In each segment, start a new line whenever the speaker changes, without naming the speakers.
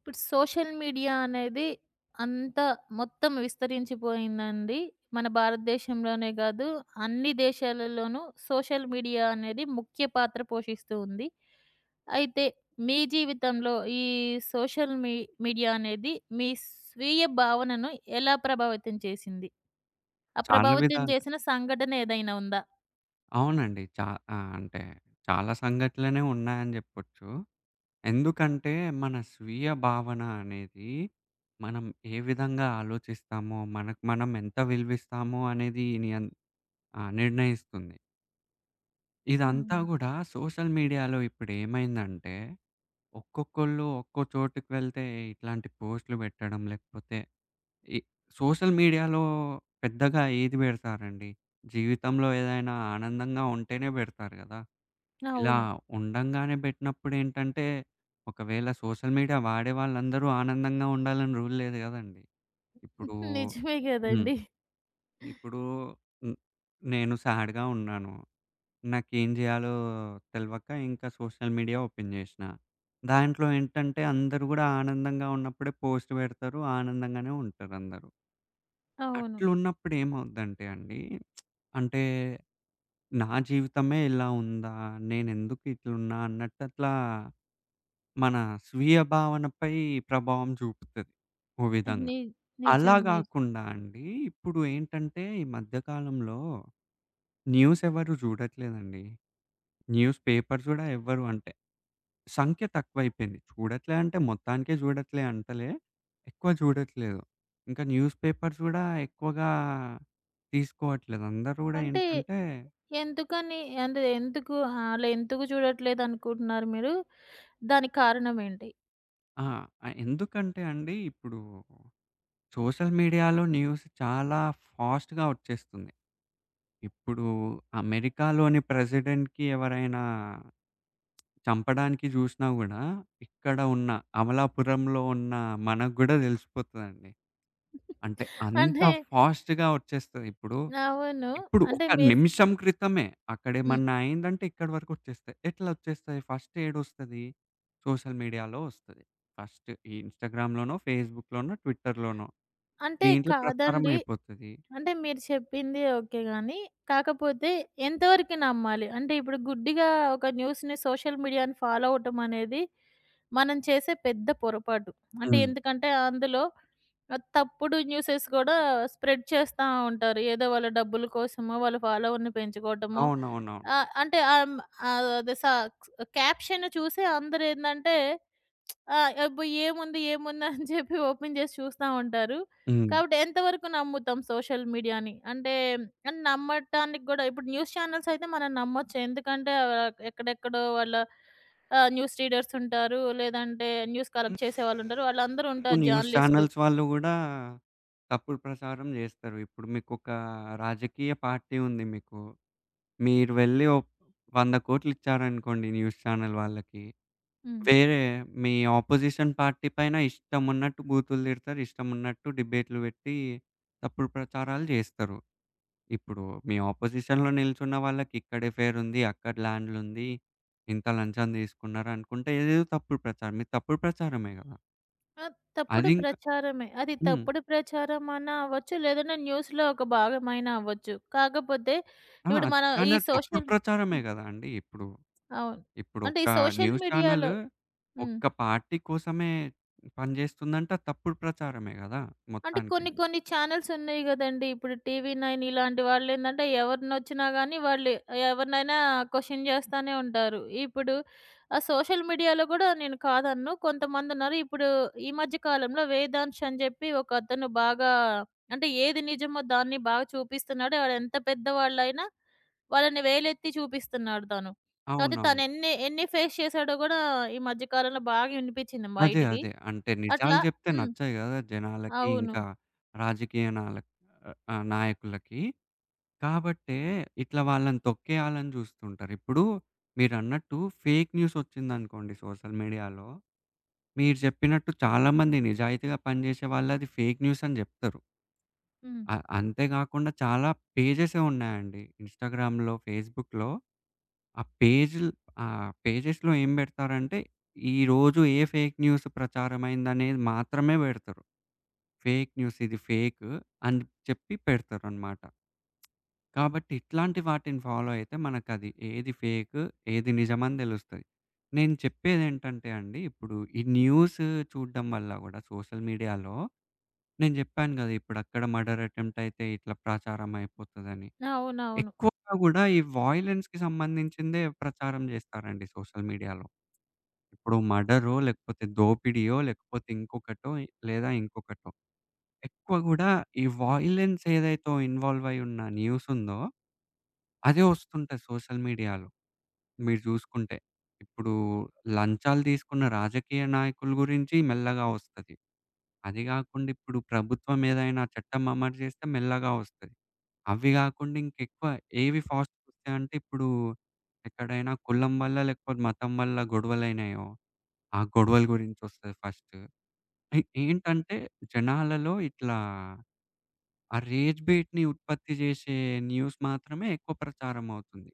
ఇప్పుడు social media అనేది అంత మొత్తం విస్తరించిపోయిందండి. మన భారతదేశంలోనే గాదు, అన్ని దేశాలలోనూ సోషల్ మీడియా అనేది ముఖ్య పాత్ర పోషిస్తూ ఉంది. అయితే మీ జీవితంలో ఈ సోషల్ మీడియా అనేది మీ స్వీయ భావనను ఎలా ప్రభావితం చేసింది? ఆ
చాలా
ప్రభావితం
విధాలుగా
చేసిన సంఘటన ఏదైనా ఉందా?
అవునండి. చా ఆ! అంటే చాలా సంఘటనలనే ఉన్నాయని జెప్పొచ్చు. ఎందుకంటే మన స్వీయ భావన అనేది మనం ఏ విధంగా ఆలోచిస్తామో, మనకు మనం ఎంత విలువిస్తామో అనేది నిర్ణయిస్తుంది. ఇదంతా
హ్మ్.
గూడా సోషల్ మీడియాలో ఇప్పుడేమైందంటే ఒక్కొక్కళ్ళు ఒక్కో చోటుకి వెళ్తే ఇట్లాంటి పోస్ట్‌లు పెట్టడం లేకపోతే ఈ సోషల్ మీడియాలో పెద్దగా ఏది పెడతారండి? జీవితంలో ఏదైనా ఆనందంగా ఉంటేనే పెడతారు గదా! ఇలా
అవును.
ఉండంగానే బెట్టినప్పుడేంటంటే, ఒకవేళ సోషల్ మీడియా వాడే వాళ్ళందరూ ఆనందంగా ఉండాలని రూల్ లేదు గదండీ. ఇప్పుడు
నిజమే
హ్మ్.
గదండీ!
ఇప్పుడు హ్మ్. నేను సాడ్‌గా ఉన్నాను. నాకేం జేయాలో తెలవక ఇంకా సోషల్ మీడియా ఓపెన్ జేషినా. దాంట్లో ఏంటంటే అందరూ గూడా ఆనందంగా ఉన్నప్పుడే పోస్ట్ బెడతారు. ఆనందంగానే ఉంటారందరూ.
అవును.
అట్లున్నప్పుడు ఏమవుద్దంటే అండి, అంటే నా జీవితమే ఇలా ఉందా? నేనెందుకు ఇట్లున్నా? అన్నట్టు అట్లా మన స్వీయ భావనపై ప్రభావం చూపుతది ఓ విధంగా.
ని
అలా
నిజం. నిజం.
గాకుండా అండి ఇప్పుడు ఏంటంటే, ఈ మధ్య కాలంలో న్యూస్ ఎవరు జూడట్లేదండి. న్యూస్ పేపర్స్ గూడా ఎవ్వరు అంటే సంఖ్య తక్కువైపోయింది. చూడట్లే అంటే మొత్తానికే చూడట్లే అంటలే. ఎక్కువ చూడట్లేదు. ఇంకా న్యూస్ పేపర్స్ గూడా ఎక్కువగా తీసుకోవట్లేదు. అందరూ గూడా
అంటే
ఏంటంటే
ఎందుకని అంటే ఎందుకు అలా ఎందుకు చూడట్లేదు అనుకుంటున్నారు మీరు? దానికి కారణం ఏంటి?
ఆ! ఎందుకంటే అండి ఇప్పుడు సోషల్ మీడియాలో న్యూస్ చాలా ఫాస్ట్‌గా వచ్చేస్తుంది. ఇప్పుడు అమెరికాలోని ప్రెసిడెంట్‌కి ఎవరైనా చంపడానికి జూసినా గూడా ఇక్కడ ఉన్న అమలాపురంలో ఉన్న మనకు గూడా తెలిసిపోతదండి. అంటే అంత
అంటే
ఫాస్ట్‌గా వచ్చేస్తది. ఇప్పుడు,
అవును.
ఇప్పుడు ఒక
అంటే మీరు
నిమిషం క్రితమే
హ్మ్.
అక్కడేమన్నా అయిందంటే ఇక్కడి వరకు వచ్చేస్తాయి. ఎట్లా వచ్చేస్తాయి? ఫస్ట్ ఏడొస్తది? సోషల్ మీడియాలో వస్తది. ఫస్ట్ ఈ ఇన్‌స్టాగ్రామ్‌లోనో, ఫేస్‌బుక్‌లోనో, ట్విట్టర్‌లోనో
అంటే
దీంట్లో ప్రచారం
కాదండి.
అయిపోతది.
అంటే మీరు చెప్పింది ఓకే గానీ, కాకపోతే ఎంతవరకు నమ్మాలి? అంటే ఇప్పుడు గుడ్డిగా ఒక న్యూస్‌ని సోషల్ మీడియాని ఫాలో అవ్వటం అనేది మనం చేసే పెద్ద పొరపాటు. అంటే
హ్మ్.
ఎందుకంటే అందులో తప్పుడు న్యూసెస్ గూడా స్ప్రెడ్ చేస్తా ఉంటారు. ఏదో వాళ్ళ డబ్బుల కోసమో, వాళ్ళ ఫాలోవర్‌ని పెంచుకోవటమో,
అవునవునవును.
ఆ! అంటే అదే క్యాప్షన్ చూసి అందరేందంటే అబ్బో! ఏముంది, ఏముంది అని చెప్పి ఓపెన్ చేసి చూస్తా ఉంటారు.
హ్మ్.
కాబట్టి ఎంతవరకు నమ్ముతాం సోషల్ మీడియాని? అంటే అంటే నమ్మటానికి గూడా ఇప్పుడు న్యూస్ ఛానెల్స్ అయితే మనం నమ్మొచ్చు. ఎందుకంటే ఎక్కడెక్కడో వాళ్ళ న్యూస్ రీడర్స్ ఉంటారు. లేదంటే న్యూస్ కలెక్ట్
హ్మ్.
చేసేవాళ్ళుంటారు. వాళ్ళందరూ
ఇప్పుడు
ఉంటారు
న్యూస్
జర్నలిస్టులు.
ఛానెల్స్ వాళ్ళు గూడా తప్పుడు ప్రచారం జేస్తారు. ఇప్పుడు మీకొక రాజకీయ పార్టీ ఉంది మీకు మీరు వెళ్లి ఓ 100,00,00,000 ఇచ్చారనుకోండి న్యూస్ ఛానెల్ వాళ్ళకి.
హ్మ్.
వేరే మీ అపోజిషన్ పార్టీ పైన ఇష్టమున్నట్టు బూతులు తిడతారు. ఇష్టమున్నట్టు డిబేట్‌లు పెట్టి తప్పుడు ప్రచారాలు చేస్తారు. ఇప్పుడు మీ అపోజిషన్‌లో నిల్చున్న వాళ్ళకి ఇక్కడే ఫేర్ ఉంది. అక్కడ ల్యాండ్‌లుంది. ఇంత లంచం తీసుకున్నారు అనుకుంటే ఏదేదో తప్పుడు ప్రచారం. మీది తప్పుడు ప్రచారమే గదా!
ఆ! తప్పుడు
అదింకా
ప్రచారమే. అది
హ్మ్.
తప్పుడు ప్రచారమన్నా అవ్వచ్చు, లేదన్నా న్యూస్‌లో ఒక భాగమైనా అవ్వచ్చు. కాకపోతే
ఆ!
ఇప్పుడు మనం
కానీ
ఈ
అది తప్పుడు
సోషల్
ప్రచారమే
హ్మ్.
గదా అండి ఇప్పుడు.
అవును.
ఇప్పుడు
అంటే
ఒక్క
ఈ సోషల్
న్యూస్ ఛానల్
మీడియాలో హ్మ్.
ఒక్క పార్టీ కోసమే పనిచేస్తుందంటే అది తప్పుడు ప్రచారమే గదా!
అంటే
మొత్తానికి.
కొన్ని కొన్ని ఛానెల్స్ ఉన్నాయి గదండీ. ఇప్పుడు 'టీవీ నైన్' ఇలాంటి వాళ్ళేందంటే ఎవరినొచ్చినా గానీ వాళ్ళు ఎవరినైనా క్వెషన్ జేస్తానే ఉంటారు. ఇప్పుడు ఆ సోషల్ మీడియాలో గూడా నేను కాదనను. కొంతమందున్నారు. ఇప్పుడు ఈ మధ్య కాలంలో వేదాంశ్ అని జెప్పి ఒకతను బాగా అంటే ఏది నిజమో దాన్ని బాగా చూపిస్తున్నాడు. ఆడెంత పెద్దవాళ్ళైనా వాళ్ళని వేలెత్తి చూపిస్తున్నాడు తను. కాపోతే
అవునవును.
తనెన్ని ఎన్ని ఎన్ని ఫేస్ చేశాడో గూడా ఈ మధ్య కాలంలో బాగా వినిపిచ్చింది
అదే.
బయటికి.
అదే. అంటే నిజాలు
అట్లా
జెప్తే
హ్మ్.
నచ్చాయి గదా! జనాలకి
అవును.
ఇంకా రాజకీయ నాలక్ ఆహ్, ఆహ్, నాయకులకి. కాబట్టే ఇట్లా వాళ్ళని తొక్కేయాలని జూస్తుంటారు. ఇప్పుడు మీరన్నట్టు ఫేక్ న్యూస్ ఒచ్చిందనుకోండి సోషల్ మీడియాలో, మీరు జెప్పినట్టు చాలా మంది నిజాయితీగా పనిజేసే వాళ్ళు అది ఫేక్ న్యూస్ అని జెప్తరు.
హ్మ్.
అంతే గాకుండా చాలా పేజెసే ఉన్నాయండి. ఇన్‌స్టాగ్రామ్‌లో, ఫేస్‌బుక్‌లో ఆ పేజుల్ పేజెస్‌లో ఏం బెడతారంటే, ఈరోజు ఏ ఫేక్ న్యూస్ ప్రచారమైందనేది మాత్రమే బెడతరు. ఫేక్ న్యూస్ ఇది ఫేకు అని చెప్పి పెడతారనమాట. కాబట్టి ఇట్లాంటి వాటిని ఫాలో అయితే మనకది ఏది ఫేకు, ఏది నిజమని దెలుస్తది. నేను చెప్పేదేంటంటే అండి, ఇప్పుడు ఈ న్యూస్ చూడడం వల్ల గూడా సోషల్ మీడియాలో నేను జెప్పాను గదా! ఇప్పుడక్కడ మర్డర్ అటెంప్ట్ అయితే ఇట్లా ప్రచారం అయిపోతదని.
అవునవును.
ఎక్కువగా గూడా ఈ వయలెన్స్‌కి సంబంధించిందే ప్రచారం జేస్తారండి సోషల్ మీడియాలో. ఇప్పుడు మర్డరో, లేకపోతే దోపిడీయో, లేకపోతే ఇంకొకటో లేదా ఇంకొకటో. ఎక్కువ గూడా ఈ వయలెన్స్ ఏదైతే ఇన్వాల్వ్ అయ్యి ఉన్న న్యూస్ ఉందో, అదే ఒస్తుంటది సోషల్ మీడియాలో మీరు జూసుకుంటే. ఇప్పుడు లంచాలు తీసుకున్న రాజకీయ నాయకుల గురించి మెల్లగా ఒస్తది. అది గాకుండా ఇప్పుడు ప్రభుత్వం ఏదైనా చట్టం అమలు జేస్తే మెల్లగా ఒస్తది. అవి గాకుండా ఇంకెక్కువ ఏవి ఫాస్ట్ ఫుడ్సంటే ఇప్పుడు ఎక్కడైనా కులం వల్ల లేకపోతే మతం వల్ల గొడవలైనాయో, ఆ గొడవల గురించొస్తది ఫస్ట్. ఏంటంటే జనాలలో ఇట్లా ఆ రేజ్ బెయిట్‌ని ఉత్పత్తి జేసే న్యూస్ మాత్రమే ఎక్కువ ప్రచారం అవుతుంది.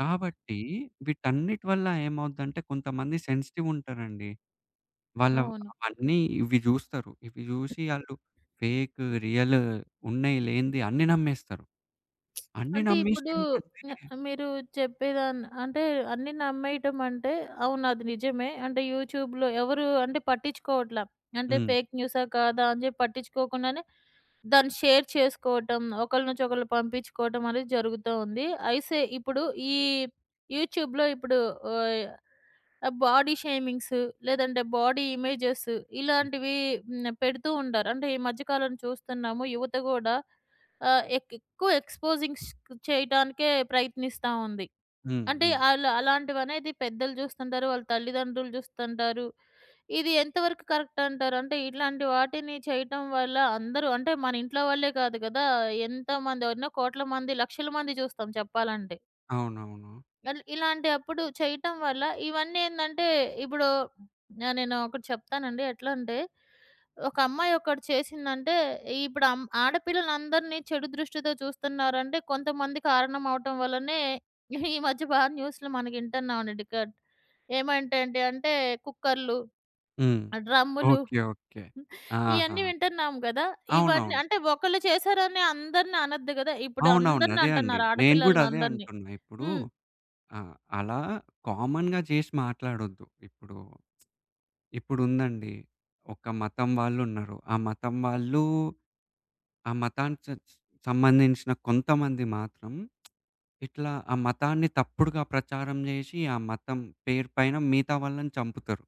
కాబట్టి వీటన్నిటి వల్ల ఏమవుద్దంటే కొంతమంది సెన్సిటివ్ ఉంటారండి. వాళ్ళ
అవును.
అవన్నీ ఇవి జూస్తారు. ఇవి జూసి ఆళ్ళు ఫేక్, రియల్ ఉన్నాయి లేనిది అన్నీ నమ్మేస్తారు. అన్నీ
అంటే
నమ్మేసి
ఇప్పుడు
ఏంటంటే
న మీరు చెప్పేదాన్ని అంటే అన్నీ నమ్మేయటం అంటే అవును అది నిజమే. అంటే యూట్యూబ్‌లో ఎవరు అంటే పట్టించుకోవట్లా. అంటే
హ్మ్.
ఫేక్ న్యూసా? కాదా? అని చెప్పి పట్టించుకోకుండానే దాన్ని షేర్ చేసుకోవటం, ఒకళ్ళ నుంచి ఒకళ్ళు పంపించుకోవటం అనేది జరుగుతూ ఉంది. అయితే ఇప్పుడు ఈ యూట్యూబ్‌లో ఇప్పుడు ఆహ్, బాడీ షేమింగ్స్ లేదంటే బాడీ ఇమేజెస్
హ్మ్.
ఇలాంటివి హ్మ్. పెడుతూ ఉంటారు. అంటే ఈ మధ్య కాలం చూస్తున్నాము యువత గూడా ఆహ్, ఎక్ ఎక్కువ ఎక్స్‌పోజింగ్స్ చేయడానికే ప్రయత్నిస్తా ఉంది.
హ్మ్.
అంటే
హ్మ్.
అలాంటివనేది పెద్దలు జూస్తుంటారు. వాళ్ళ తల్లిదండ్రులు జూస్తుంటారు. ఇది ఎంతవరకు కరెక్ట్ అంటారు? అంటే ఇట్లాంటి వాటిని చేయటం వల్ల అందరూ అంటే మన ఇంట్లో వాళ్ళే కాదు గదా! ఎంతమంది ఎన్నో కోట్ల మంది, లక్షల మంది జూస్తాం చెప్పాలంటే.
అవునవును.
ఇలాంటప్పుడు చేయటం వల్ల ఇవన్నీ ఏందంటే, ఇప్పుడు నేను ఒకటి చెప్తానండి. ఎట్లంటే, ఒక అమ్మాయి ఒకటి చేసిందంటే, ఇప్పుడు ఆడపిల్లలందరినీ చెడు దృష్టితో చూస్తున్నారంటే, కొంతమంది కారణం అవటం వల్లనే ఈ మధ్య బాగా న్యూస్‌లో మనకి వింటున్నామండి. ఏమంటండి అంటే, కుక్కర్లు,
హ్మ్.
డ్రమ్ములు
ఓకే. ఓకే. ఆహా!
ఇయన్నీ వింటున్నాం గదా! ఇవన్నీ
అవునవును.
అంటే ఒకళ్ళు చేశారని అందరిని అనొద్దు గదా! ఇప్పుడు
అవునవును.
అందరిని
అదే అండి.
అంటున్నారు
నేను గూడా
ఆడపిల్లలని
అదే
అందరిని.
అంటున్నా. ఇప్పుడు
హ్మ్.
ఆ! అలా కామన్‌గా చేసి మాట్లాడొద్దు. ఇప్పుడు ఇప్పుడుందండి. ఒక మతం వాళ్ళున్నారు. ఆ మతం వాళ్ళు ఆ మతానికి సంబంధించిన కొంతమంది మాత్రం ఇట్లా ఆ మతాన్ని తప్పుడుగా ప్రచారం జేసి, ఆ మతం పేరు పైన మిగతా వాళ్ళని చంపుతారు.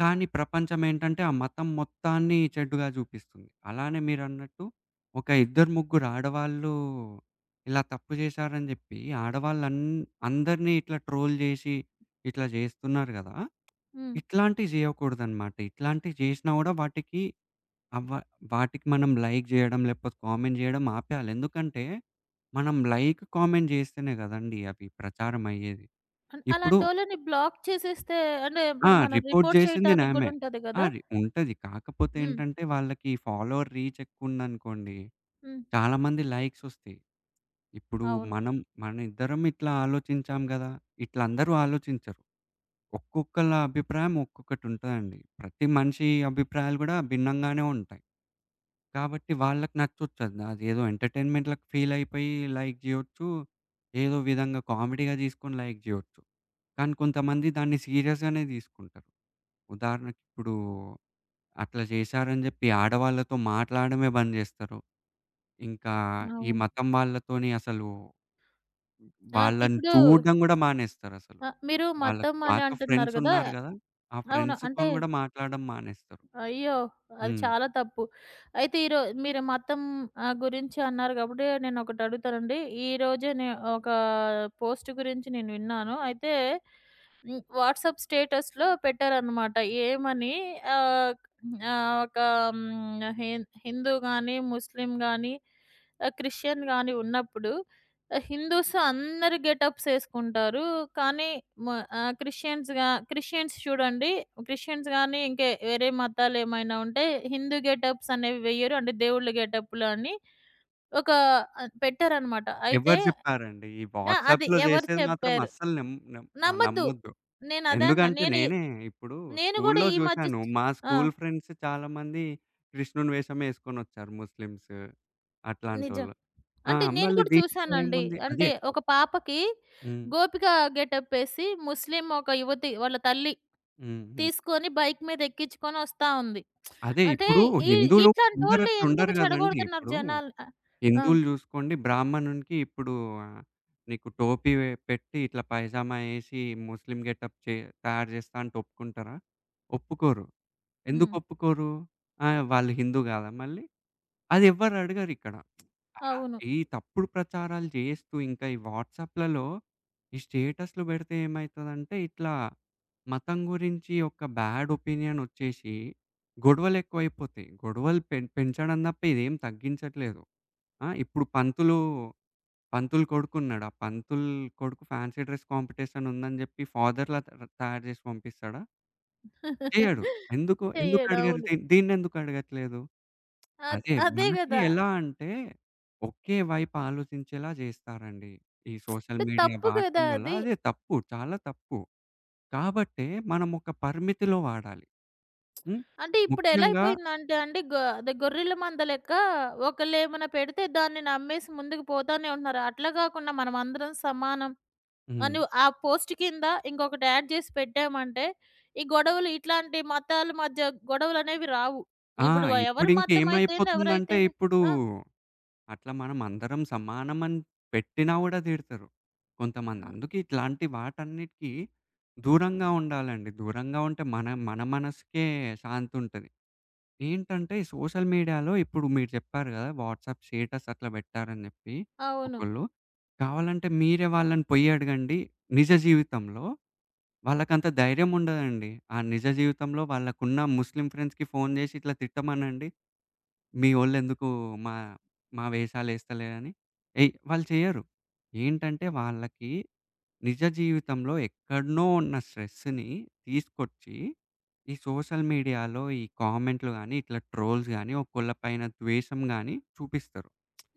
కానీ ప్రపంచమేంటంటే, ఆ మతం మొత్తాన్ని చెడ్డుగా జూపిస్తుంది. అలానే మీరన్నట్టు ఒక ఇద్దరు, ముగ్గురు ఆడవాళ్ళు ఇలా తప్పు జేశారని జెప్పి, అందరిని ఇట్లా ట్రోల్ జేసి, ఇట్లా జేస్తున్నారు గదా!
హ్మ్.
ఇట్లాంటివి జేయకూడదనమాట. ఇట్లాంటివి జేసినా గూడా వాటికి అవ్వ వాటికి మనం లైక్ జేయడం, లేకపోతే కామెంట్ జేయడం ఆపేయాలి. ఎందుకంటే, మనం లైక్, కామెంట్ జేస్తేనే గదండీ అవి ప్రచారమయ్యేది. ఇప్పుడు
అలాంటోళ్ళని బ్లాక్ చేసేస్తే అంటే
ఆ!
ఇప్పుడు మనం
రిపోర్ట్
రిపోర్ట్ చేయటానికి
జేసిందినామె.
గూడా ఉంటది
ఆ!
గదా!
రి ఉంటది. కాకపోతే
హ్మ్.
ఏంటంటే, వాళ్ళకి ఫాలోవర్ రీచ్ ఎక్కువుందనుకోండి,
హ్మ్.
చాలా మంది లైక్సొస్తాయి. ఇప్పుడు
అవును.
మనం మన ఇద్దరం ఇట్లా ఆలోచించాం గదా! ఇట్లా అందరూ ఆలోచించరు. ఒక్కొక్కళ్ళ అభిప్రాయం ఒక్కొక్కటుంటదండి. ప్రతి మనిషి అభిప్రాయాలు గూడా భిన్నంగానే ఉంటాయి. కాబట్టి వాళ్ళకి నచ్చొచ్చది. అదేదో ఎంటర్‌టైన్‌మెంట్‌లకి ఫీలయిపోయి లైక్ జేయొచ్చు. ఏదో విధంగా కామెడీగా తీసుకొని లైక్ జేయొచ్చు. కానీ కొంతమంది దాన్ని సీరియస్‌గానే తీసుకుంటారు. ఉదాహరణకి ఇప్పుడు అట్లా జేశారని జెప్పి ఆడవాళ్ళతో మాట్లాడడమే బంద్ జేస్తారు. ఇంకా ఈ
అవును.
మతం వాళ్ళతోని అసలు వాళ్ళని
ఇప్పుడు
చూడడం గూడా మానేస్తారసలు.
మీరు
వాళ్ళకి
మతం అని
పాత
అంటున్నారు
ఫ్రెండ్స్
గదా!
ఉన్నారు గదా! ఆ
అవును. అంటే
ఫ్రెండ్స్‌తోని గూడా మాట్లాడడం మానేస్తారు.
అయ్యో! అది
హ్మ్.
చాలా తప్పు. అయితే ఈరో మీరు మతం గురించి అన్నారు కాబట్టి నేనొకటి అడుగుతానండి. ఈ రోజే ఒక పోస్ట్ గురించి నేను విన్నాను. అయితే హ్మ్, వాట్సాప్ స్టేటస్‌లో పెట్టారనమాట. ఏమని ఆహ్, ఆహ్, ఒక హ్మ్, హిం హిందూ గాని, ముస్లిం గాని, క్రిస్టియన్ గాని ఉన్నప్పుడు హిందూస్ అందరూ గెటప్స్ ఏసుకుంటారు. కానీ మ ఆహ్, క్రిస్టియన్స్‌గా క్రిస్టియన్స్ చూడండి. క్రిస్టియన్స్ గాని ఇంకే వేరే మతాలేమైనా ఉంటే హిందూ గెటప్స్ అనేవి వెయ్యరు. అంటే దేవుళ్ళ గెటప్‌లు అని ఒక పెట్టారనమాట. అయితే
ఎవరు జెప్పారండి? ఈ
ఆ! అది
వాట్సాప్‌లో
ఎవరు
జేసేది మాత్రం
చెప్పారు?
అస్సలు నమ్ నమ్ ఆహ్,
నమ్మద్దు.
నమ్మొద్దు.
నేనదే అన్నా.
ఎందుకంటే నేనే ఇప్పుడు
నేను గూడా
స్కూల్‌లో
ఈ మధ్య
జూసాను. మా
ఆ!
స్కూల్ ఫ్రెండ్స్ చాలామంది కృష్ణుని వేషం యేసుకొనొచ్చారు ముస్లిమ్స్
నిజం.
అట్లాంటోళ్ళు. ఆ!
అంటే నేను
మళ్ళీ
కూడా
దీంట్లో
చూసానండి.
ఏముంది?
అంటే
అదే
ఒక పాపకి
హ్మ్.
గోపిక గెటప్ ఏసి ముస్లిం ఒక యువతి వాళ్ళ తల్లి
హ్మ్. హ్మ్.
తీసుకొని బైక్ మీద ఎక్కించుకొని వస్తా ఉంది.
అదే
అంటే
ఇప్పుడు
ఈ
హిందువులు అందరూ
ఇట్లాంటోళ్ళు ఎందుకు
అట్లుండరు గదండీ!
చెడగొడుతున్నారు
ఇప్పుడు
జనాలు. ఆ!
హిందువులు జూసుకోండి బ్రాహ్మణునికి ఇప్పుడు ఆహ్, నీకు టోపీ పెట్టి ఇట్లా పైజామా యేసి ముస్లిం గెటప్ తయారు జేస్తా అంటే ఒప్పుకుంటారా? ఒప్పుకోరు. ఎందుకు
హ్మ్.
ఒప్పుకోరు? ఆ! వాళ్ళు హిందూ గాదా మళ్ళీ? అది ఎవ్వరు అడగరిక్కడ. ఆహ్,
అవును.
ఈ తప్పుడు ప్రచారాలు జేస్తూ ఇంకా ఈ వాట్సాప్‌లలో ఈ స్టేటస్‌లు బెడితే ఏమైతదంటే ఇట్లా మతం గురించి ఒక బ్యాడ్ ఒపీనియన్ ఒచ్చేసి గొడవలెక్కువైపోతాయి. గొడవలు పెంచడం తప్ప ఇదేం తగ్గించట్లేదు. ఆ! ఇప్పుడు పంతులు, పంతులు కొడుకున్నాడు. ఆ పంతులు కొడుకు ఫ్యాన్సీ డ్రెస్ కాంపిటీషన్ ఉందని జెప్పి ఫాదర్‌లా తయారు జేసి పంపిస్తాడా? చేయడు. ఎందుకు? ఎందుకు
చెయ్యడు.
అడిగారు?
అవును.
దీన్నెందుకు అడగట్లేదు? అదే
అదే
మనకి
గదా!
ఎలా అంటే, ఒకే వైపు ఆలోచించేలా జేస్తారండి. ఈ సోషల్
అంటే
మీడియా
తప్పు
వాడటం
గదా
వల్ల.
అది.
అదే తప్పు. చాలా తప్పు. కాబట్టే మనం ఒక పరిమితిలో వాడాలి. హ్మ్.
అంటే ఇప్పుడు ఎలా
ముఖ్యంగా
అయిపోయిందంటే అండి అదే గొర్రెల మంద లెక్క ఒకళ్ళేమన్నా పెడితే దాన్ని నమ్మేసి ముందుకు పోతానే ఉంటున్నారు. అట్లా గాకుండా మనమందరం సమానం. ఆ!
హ్మ్.
నువ్వు ఆ పోస్ట్ కింద ఇంకొకటి యాడ్ చేసి పెట్టామంటే, ఈ గొడవలు ఇట్లాంటి మతాల మధ్య గొడవలనేవి రావు.
ఆ!
ఇప్పుడు ఎవరి మతం అయితేంది,
ఇప్పుడింకేమైపోతుందంటే
ఎవరైతేమి
ఇప్పుడు
ఆ!
అట్లా మనమందరం సమానమని పెట్టినా గూడా తిడతరు. కొంతమంది. అందుకే ఇట్లాంటి వాటన్నిటికి దూరంగా ఉండాలండి. దూరంగా ఉంటే మన మన మనసుకే శాంతుంటది. ఏంటంటే ఈ సోషల్ మీడియాలో ఇప్పుడు మీరు చెప్పారు గదా! వాట్సాప్ స్టేటస్ అట్లా పెట్టారని జెప్పి
అవును.
ఒకళ్ళు. కావాలంటే మీరే వాళ్ళని పొయ్యి అడగండి నిజ జీవితంలో. వాళ్ళకంత ధైర్యం ఉండదండి. ఆ నిజ జీవితంలో వాళ్ళకున్న ముస్లిం ఫ్రెండ్స్‌కి ఫోను జేసి ఇట్లా తిట్టమనండి. మీ వోళ్ళెందుకు మా మా వేషాలేస్తలే అని ఏయ్ వాళ్ళు చెయ్యరు. ఏంటంటే వాళ్ళకి నిజ జీవితంలో ఎక్కడనో ఉన్న స్ట్రెస్‌ని తీసుకొచ్చి, ఈ సోషల్ మీడియాలో ఈ కామెంట్‌లు గాని, ఇట్లా ట్రోల్స్ గాని, ఒకళ్ళ పైన ద్వేషం గాని చూపిస్తారు.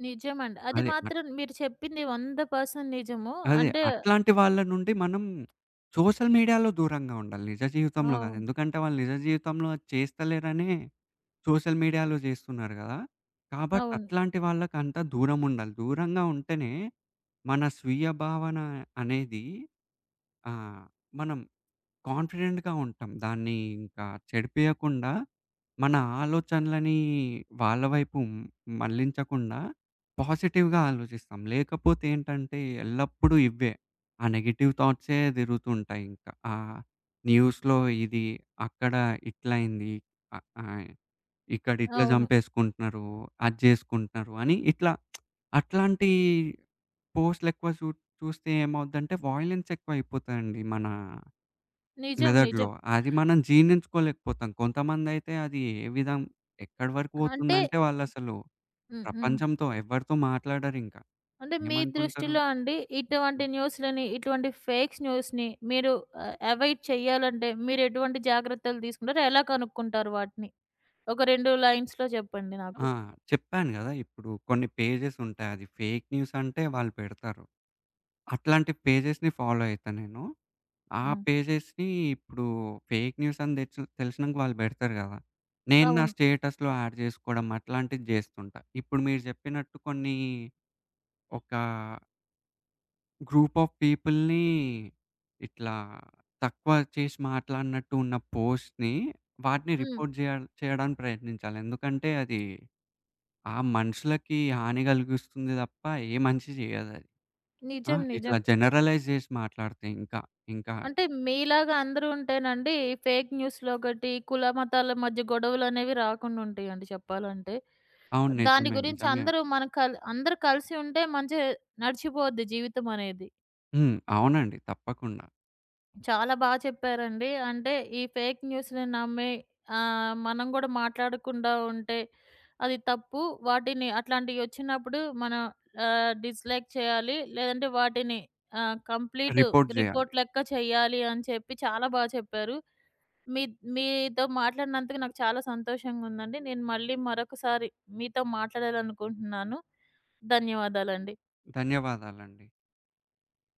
నిజమండి. అది
అదే అట్
మాత్రం మీరు చెప్పింది 100% నిజము.
అదే
అంటే
అట్లాంటి వాళ్ళ నుండి మనం సోషల్ మీడియాలో దూరంగా ఉండాలి. నిజ జీవితంలో గాదు.
అవును.
ఎందుకంటే వాళ్ళు నిజ జీవితంలో అది చేస్తలేరనే సోషల్ మీడియాలో జేస్తున్నారు గదా! కాబట్టి
అవును.
అట్లాంటి వాళ్ళకంత దూరం ఉండాలి. దూరంగా ఉంటేనే మన స్వీయ భావన అనేది ఆహ్, మనం కాన్ఫిడెంట్‌గా ఉంటాం. దాన్ని ఇంకా చెడిపియకుండా మన ఆలోచనలని వాళ్ళ వైపు మళ్ళించకుండా పాజిటివ్‌గా ఆలోచిస్తాం. లేకపోతే ఏంటంటే ఎల్లప్పుడూ ఇవ్వే. ఆ నెగెటివ్ థాట్సే తిరుగుతుంటాయి ఇంకా. ఆ న్యూస్‌లో ఇది, అక్కడ ఇట్లయింది. అ ఆహ్ ఇక్కడ ఇట్లా
అవును.
చంపేసుకుంటున్నారు, అది జేసుకుంటున్నారు అని ఇట్లా అట్లాంటి పోస్ట్‌లెక్కువ చూస్తే ఏమవుద్దంటే వయలెన్స్ ఎక్కువైపోతదండి మన
నిజం.
మెదడులో.
నిజం.
అది మనం జీర్ణించుకోలేకపోతాం. కొంతమందైతే అది ఏ విధం ఎక్కడి వరకు
అంటే
పోతుందంటే వాళ్ళసలు
హ్మ్. హ్మ్.
ప్రపంచంతో ఎవరితో మాట్లాడరింక.
అంటే మీ
ఏమనుకుంటారు
దృష్టిలో అండి ఇటువంటి
హ్మ్.
న్యూస్‌లని, ఇటువంటి ఫేక్స్ న్యూస్‌ని మీరు అవాయిడ్ చేయాలంటే మీరు ఎటువంటి జాగ్రత్తలు తీసుకుంటారు? ఎలా కనుక్కుంటారు వాటిని? ఒక 2 లైన్స్‌లో చెప్పండి నాకు.
ఆ! చెప్పాను గదా! ఇప్పుడు కొన్ని పేజెస్ ఉంటాయి. అది ఫేక్ న్యూస్ అంటే వాళ్ళు పెడతారు. అట్లాంటి పేజెస్‌ని ఫాలో అయితా నేను. ఆ
హ్మ్.
పేజెస్‌ని ఇప్పుడు ఫేక్ న్యూస్ అని దెచ్చు తెలిసినంక వాళ్ళు బెడతారు గదా! నేను నా
అవును.
స్టేటస్‌లో యాడ్ జేసుకోవడం అట్లాంటిది జేస్తుంటా. ఇప్పుడు మీరు జెప్పినట్టు కొన్ని ఒక గ్రూప్ ఆఫ్ పీపుల్‌ని ఇట్లా తక్కువ చేసి మాట్లాడినట్టు ఉన్న పోస్ట్‌ని వాటిని
హ్మ్.
రిపోర్ట్ జేయ చేయడానికి ప్రయత్నించాలి. ఎందుకంటే అది ఆ మనుషులకి హాని గలిగిస్తుంది తప్ప ఏ మంచి జేయదది. ఆ!
నిజం. నిజం.
ఇట్లా జనరలైజ్ జేసి మాట్లాడితే ఇంకా. ఇంకా
అంటే మీలాగా అందరూ ఉంటేనండి ఈ ఫేక్ న్యూస్‌లు ఒకటి, కుల మతాల మధ్య గొడవలనేవి రాకుండా ఉంటాయండి చెప్పాలంటే.
అవును.
దాని
నిజమే.
గురించి
నిజమే.
అందరూ మనం కల్ అందరూ కలిసి ఉంటే మంచిగా నడిచిపోద్ది జీవితం అనేది.
హ్మ్. అవునండి. తప్పకుండా.
చాలా బాగా చెప్పారండి. అంటే ఈ ఫేక్ న్యూస్‌ని నమ్మి మనం గూడా మాట్లాడకుండా ఉంటే అది తప్పు. వాటిని అట్లాంటియొచ్చినప్పుడు మనం డిస్‌లైక్ చేయాలి. లేదంటే వాటిని కంప్లీట్
రిపోర్ట్ జేయాలి.
రిపోర్ట్ లెక్క చేయాలి అని చెప్పి చాలా బా చెప్పారు. మీ మీతో మాట్లాడినందుకు నాకు చాలా సంతోషంగుందండి. నేను మళ్ళీ మరొకసారి మీతో మాట్లాడాలనుకుంటున్నాను. ధన్యవాదాలండి.
ధన్యవాదాలండి.